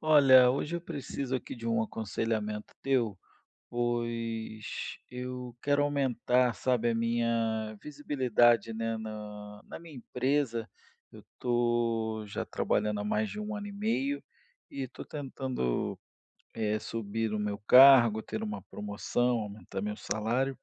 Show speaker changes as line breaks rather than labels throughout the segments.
Olha, hoje eu preciso aqui de um aconselhamento teu, pois eu quero aumentar, sabe, a minha visibilidade, né, na minha empresa. Eu estou já trabalhando há mais de um ano e meio e estou tentando, subir o meu cargo, ter uma promoção, aumentar meu salário.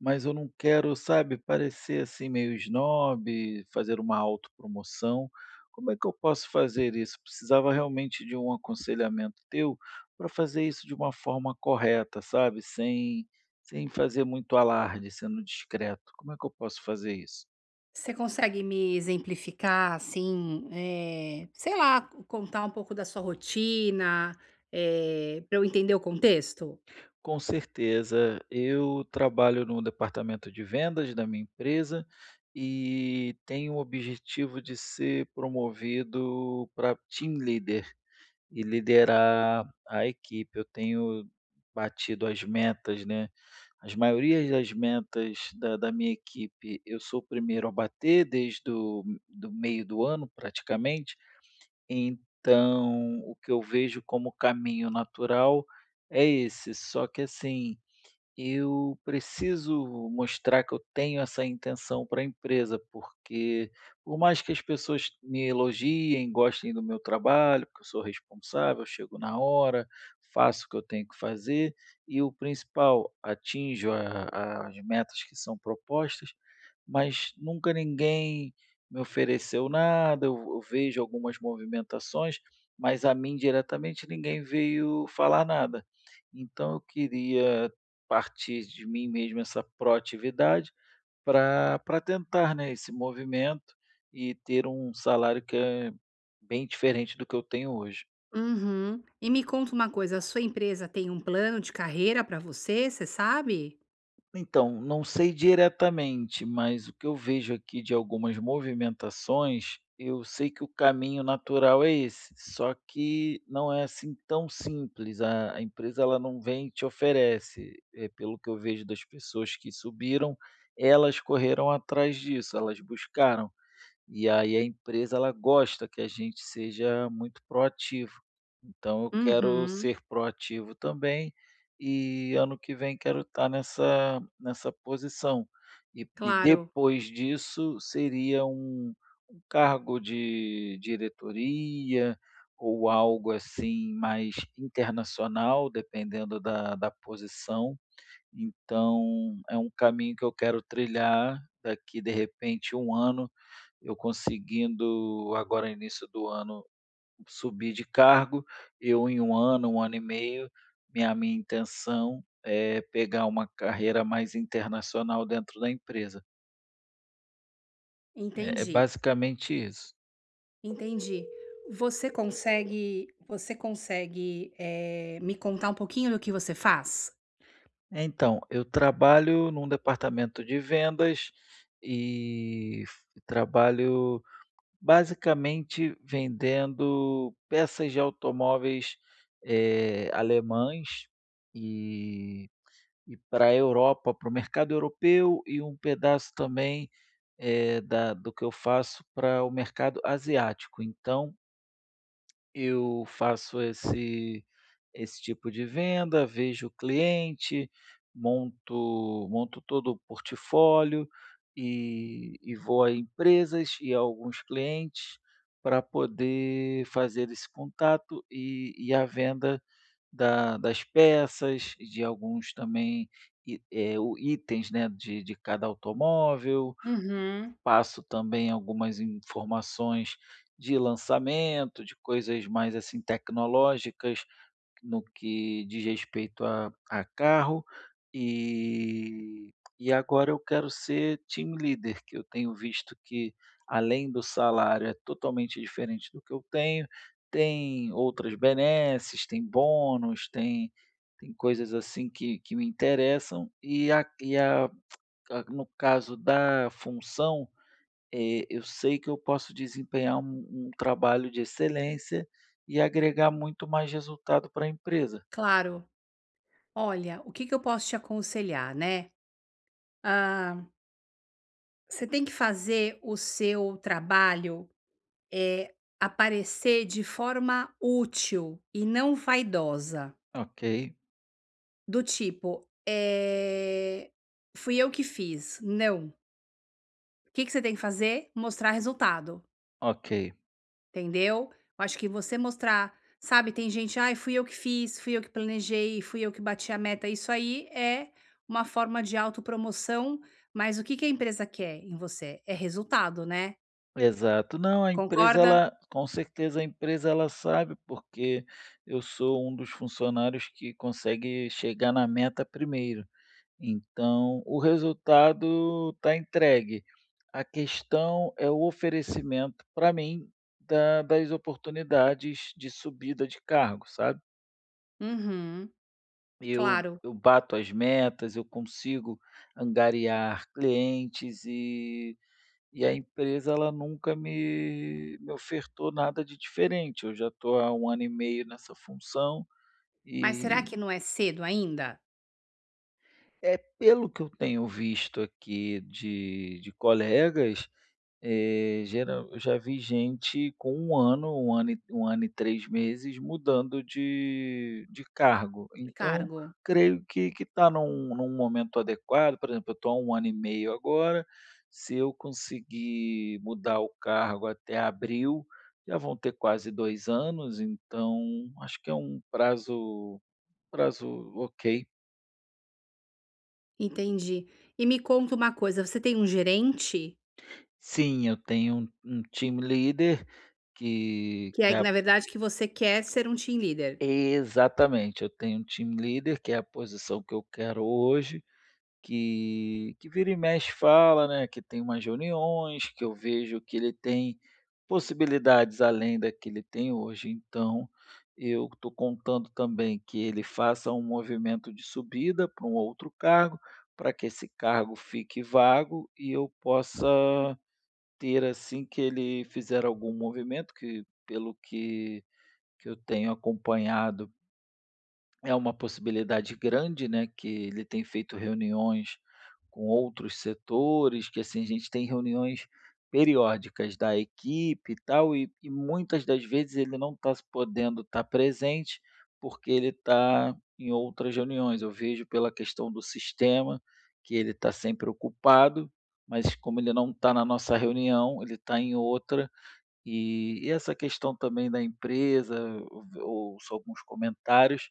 Mas eu não quero, sabe, parecer assim meio snob, fazer uma autopromoção. Como é que eu posso fazer isso? Precisava realmente de um aconselhamento teu para fazer isso de uma forma correta, sabe? Sem fazer muito alarde, sendo discreto. Como é que eu posso fazer isso?
Você consegue me exemplificar, assim, sei lá, contar um pouco da sua rotina, para eu entender o contexto?
Com certeza, eu trabalho no departamento de vendas da minha empresa e tenho o objetivo de ser promovido para team leader. E liderar a equipe. Eu tenho batido as metas, né, as maiorias das metas da minha equipe, eu sou o primeiro a bater desde o do meio do ano praticamente, então o que eu vejo como caminho natural é esse, só que assim eu preciso mostrar que eu tenho essa intenção para a empresa, porque por mais que as pessoas me elogiem, gostem do meu trabalho, porque eu sou responsável, chego na hora, faço o que eu tenho que fazer e o principal, atinjo as metas que são propostas, mas nunca ninguém me ofereceu nada. Eu vejo algumas movimentações, mas a mim diretamente ninguém veio falar nada. Então eu queria partir de mim mesmo essa proatividade para tentar, né, esse movimento e ter um salário que é bem diferente do que eu tenho hoje.
Uhum. E me conta uma coisa, a sua empresa tem um plano de carreira para você, você sabe?
Então, não sei diretamente, mas o que eu vejo aqui de algumas movimentações, eu sei que o caminho natural é esse, só que não é assim tão simples. A empresa ela não vem e te oferece. É, pelo que eu vejo das pessoas que subiram, elas correram atrás disso, elas buscaram. E aí a empresa ela gosta que a gente seja muito proativo. Então eu quero
Uhum.
ser proativo também e ano que vem quero estar nessa posição. E
Claro,
depois disso seria um cargo de diretoria ou algo assim mais internacional, dependendo da posição. Então é um caminho que eu quero trilhar daqui de repente um ano, eu conseguindo agora no início do ano subir de cargo, eu em um ano e meio, minha intenção é pegar uma carreira mais internacional dentro da empresa. É é
entendi,
basicamente isso.
entendi. Você consegue, me contar um pouquinho do que você faz?
Então, eu trabalho num departamento de vendas e f trabalho basicamente vendendo peças de automóveis, alemães e E para a Europa, para o mercado europeu e um pedaço também, da do que eu faço para o mercado asiático. Então eu faço esse esse tipo de venda, vejo o cliente, monto todo o portfólio e vou a empresas e a alguns clientes para poder fazer esse contato e a venda da das peças, de alguns também i é o itens, né, de cada automóvel.
Uhum.
Passo também algumas informações de lançamento, de coisas mais, assim, tecnológicas no que diz respeito a carro, e e agora eu quero ser team leader, que eu tenho visto que, além do salário, é totalmente diferente do que eu tenho, tem outras benesses, tem bônus, tem tem coisas assim que me interessam, e a no caso da função, eu sei que eu posso desempenhar um trabalho de excelência e agregar muito mais resultado para a empresa.
Claro. Olha, o que que eu posso te aconselhar, né? Hã Você tem que fazer o seu trabalho, eh, aparecer de forma útil e não vaidosa,
Ok,
do tipo, "Fui eu que fiz", não. O que que você tem que fazer? Mostrar resultado,
ok.
entendeu? Eu acho que você mostrar, sabe, tem gente: "Ai, fui eu que fiz, fui eu que planejei, fui eu que bati a meta", isso aí é uma forma de autopromoção, mas o que que a empresa quer em você? É resultado, né,
Exato. Não, a empresa
concorda?
ela com certeza a empresa ela sabe, porque eu sou um dos funcionários que consegue chegar na meta primeiro. Então, o resultado está entregue. A questão é o oferecimento para mim das oportunidades de subida de cargo, sabe?
Uhum.
Eu,
Claro,
eu bato as metas, eu consigo angariar clientes. E a empresa ela nunca me ofertou nada de diferente, eu já estou há um ano e meio nessa função
mas será
e,
que não é cedo ainda?
é pelo que eu tenho visto aqui de colegas. Geral eu já vi gente com um ano e 1 ano e 3 meses mudando de cargo.
De
Então,
cargo?
creio que está num momento adequado, por exemplo, eu estou há um ano e meio agora, se eu conseguir mudar o cargo até abril, já vão ter quase 2 anos, então acho que é um prazo prazo ok.
Entendi. E me conta uma coisa, você tem um gerente?
Sim, eu tenho um team leader
Que
que
é,
é.
na verdade, que você quer ser um team leader?
Exatamente, eu tenho um team leader, que é a posição que eu quero hoje, que vira e mexe fala, né, que tem umas reuniões, que eu vejo que ele tem possibilidades além da que ele tem hoje. Então, eu estou contando também que ele faça um movimento de subida para um outro cargo, para que esse cargo fique vago e eu possa ter, assim que ele fizer algum movimento, que pelo que eu tenho acompanhado é uma possibilidade grande, né, que ele tem feito reuniões com outros setores, que assim, a gente tem reuniões periódicas da equipe e tal, e muitas das vezes ele não está podendo estar presente, porque ele está em outras reuniões. Eu vejo pela questão do sistema, que ele está sempre ocupado, mas como ele não está na nossa reunião, ele está em outra. E essa questão também da empresa, eu ouço alguns comentários.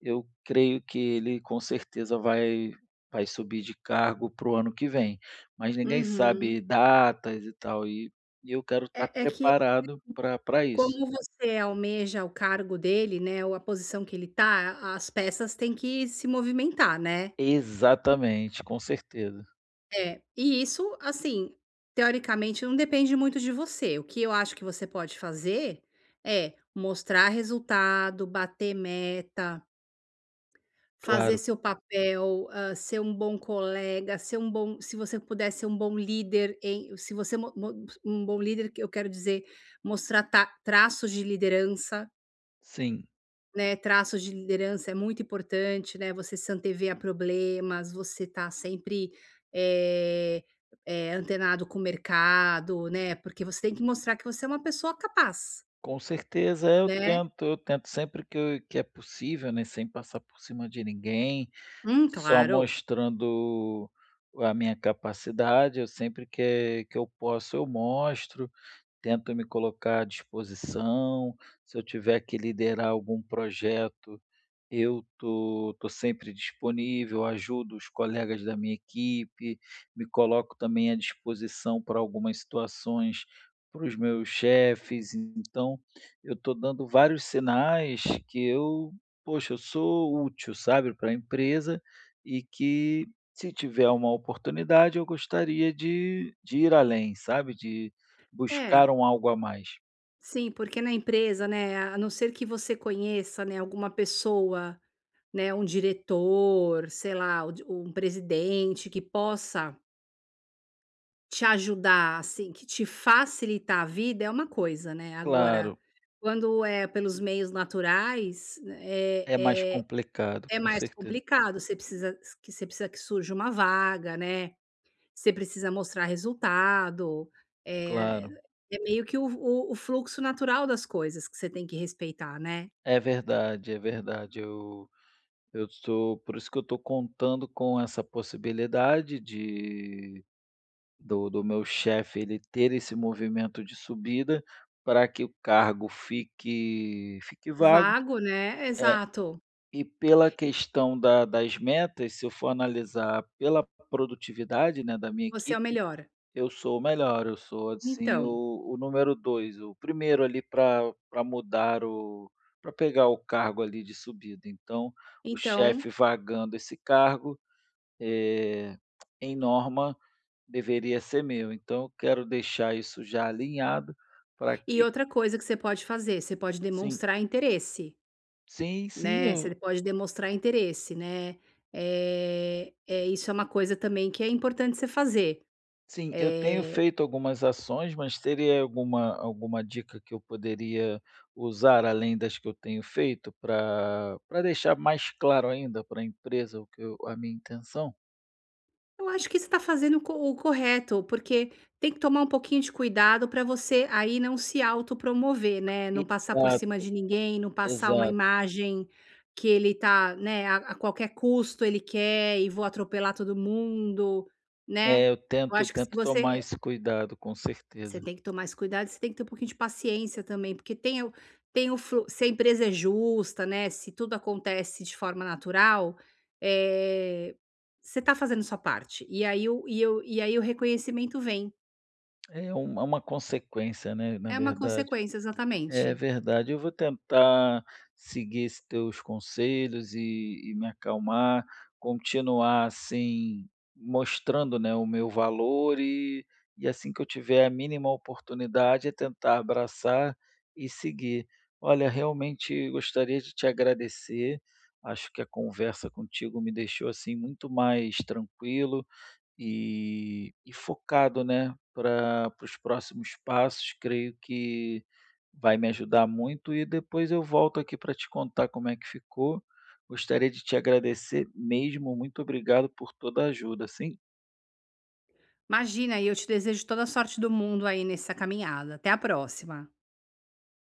Eu creio que ele com certeza vai vai subir de cargo para o ano que vem, mas ninguém
Uhum.
sabe datas e tal, e eu quero estar
É é que
preparado para pra isso.
como você almeja o cargo dele, né, ou a posição que ele tá, as peças têm que se movimentar, né.
Exatamente, com certeza.
É, e isso, assim, teoricamente não depende muito de você. O que eu acho que você pode fazer, é mostrar resultado, bater meta, fazer
Claro,
seu papel, hã, ser um bom colega, ser um bom, se você puder ser um bom líder, em se você mo mo um bom líder, que eu quero dizer, mostrar ta traços de liderança,
sim.
né, traços de liderança é muito importante, né, você se antever a problemas, você tá sempre, eh antenado com o mercado, né, porque você tem que mostrar que você é uma pessoa capaz,
Com certeza,
né.
eu tento sempre que eu que é possível, né, sem passar por cima de ninguém, só
Claro.
mostrando a minha capacidade, eu sempre que eu posso eu mostro. Tento me colocar à disposição, se eu tiver que liderar algum projeto, eu tô sempre disponível, ajudo os colegas da minha equipe, me coloco também à disposição para algumas situações para os meus chefes. Então, eu estou dando vários sinais que eu, poxa, eu sou útil, sabe, para a empresa e que se tiver uma oportunidade eu gostaria de ir além, sabe, de
É.
buscar um algo a mais.
Sim, porque na empresa, né, a não ser que você conheça, né, alguma pessoa, né, um diretor, sei lá, o di um presidente que possa te ajudar, assim, que te facilitar a vida, é uma coisa, né, agora,
Claro,
quando é pelos meios naturais, né, é
é mais
é
complicado,
é
com
mais
certeza.
complicado, você precisa, que você precisa que surja uma vaga, né, você precisa mostrar resultado, eh,
Claro.
é meio que o o fluxo natural das coisas que você tem que respeitar, né.
É verdade, é verdade. Eu estou por isso que eu estou contando com essa possibilidade de do meu chefe, ele ter esse movimento de subida, para que o cargo fique vago.
Vago, né,
É,
exato.
e pela
E
questão da das metas, se eu for analisar pela produtividade, né, da minha
você é o
equipe
melhor.
eu sou o melhor, eu sou assim
Então,
o número 2, o primeiro ali para mudar o para pegar o cargo ali de subida. Então, o
então
chefe vagando esse cargo, eh, em norma, deveria ser meu. Então eu quero deixar isso já alinhado para
e
que
outra coisa que você pode fazer, você pode
sim,
demonstrar interesse,
sim,
né,
sim.
você pode demonstrar interesse, né. É, isso é uma coisa também que é importante você fazer.
Sim, eu tenho
Eh
feito algumas ações, mas teria alguma alguma dica que eu poderia usar além das que eu tenho feito para deixar mais claro ainda para a empresa o que eu a minha intenção?
Eu acho que você está fazendo o co o correto, porque tem que tomar um pouquinho de cuidado para você aí não se autopromover, né, não passar por
Exato,
cima de ninguém, não passar uma
exato.
imagem que ele tá, né, a qualquer custo ele quer e vou atropelar todo mundo, né.
É, eu
Eu
tento
acho que se
tento tomar
você,
esse cuidado, com
você
certeza.
tem que tomar esse cuidado, você tem que ter um pouquinho de paciência também, porque tem o, tem o flu se a empresa é justa, né, se tudo acontece de forma natural, eh, você está fazendo sua parte, e aí o e aí o reconhecimento vem.
É uma consequência, né, na
É uma
verdade.
consequência,
É
exatamente.
verdade. Eu vou tentar seguir esses teus conselhos e me acalmar, continuar, assim, mostrando, né, o meu valor e assim que eu tiver a mínima oportunidade, é tentar abraçar e seguir. Olha, realmente gostaria de te agradecer. Acho que a conversa contigo me deixou, assim, muito mais tranquilo. E focado, né, para os próximos passos, creio que vai me ajudar muito e depois eu volto aqui para te contar como é que ficou. Gostaria de te agradecer mesmo, muito obrigado por toda a ajuda, sim.
Imagina, e eu te desejo toda a sorte do mundo aí nessa caminhada. Até a próxima.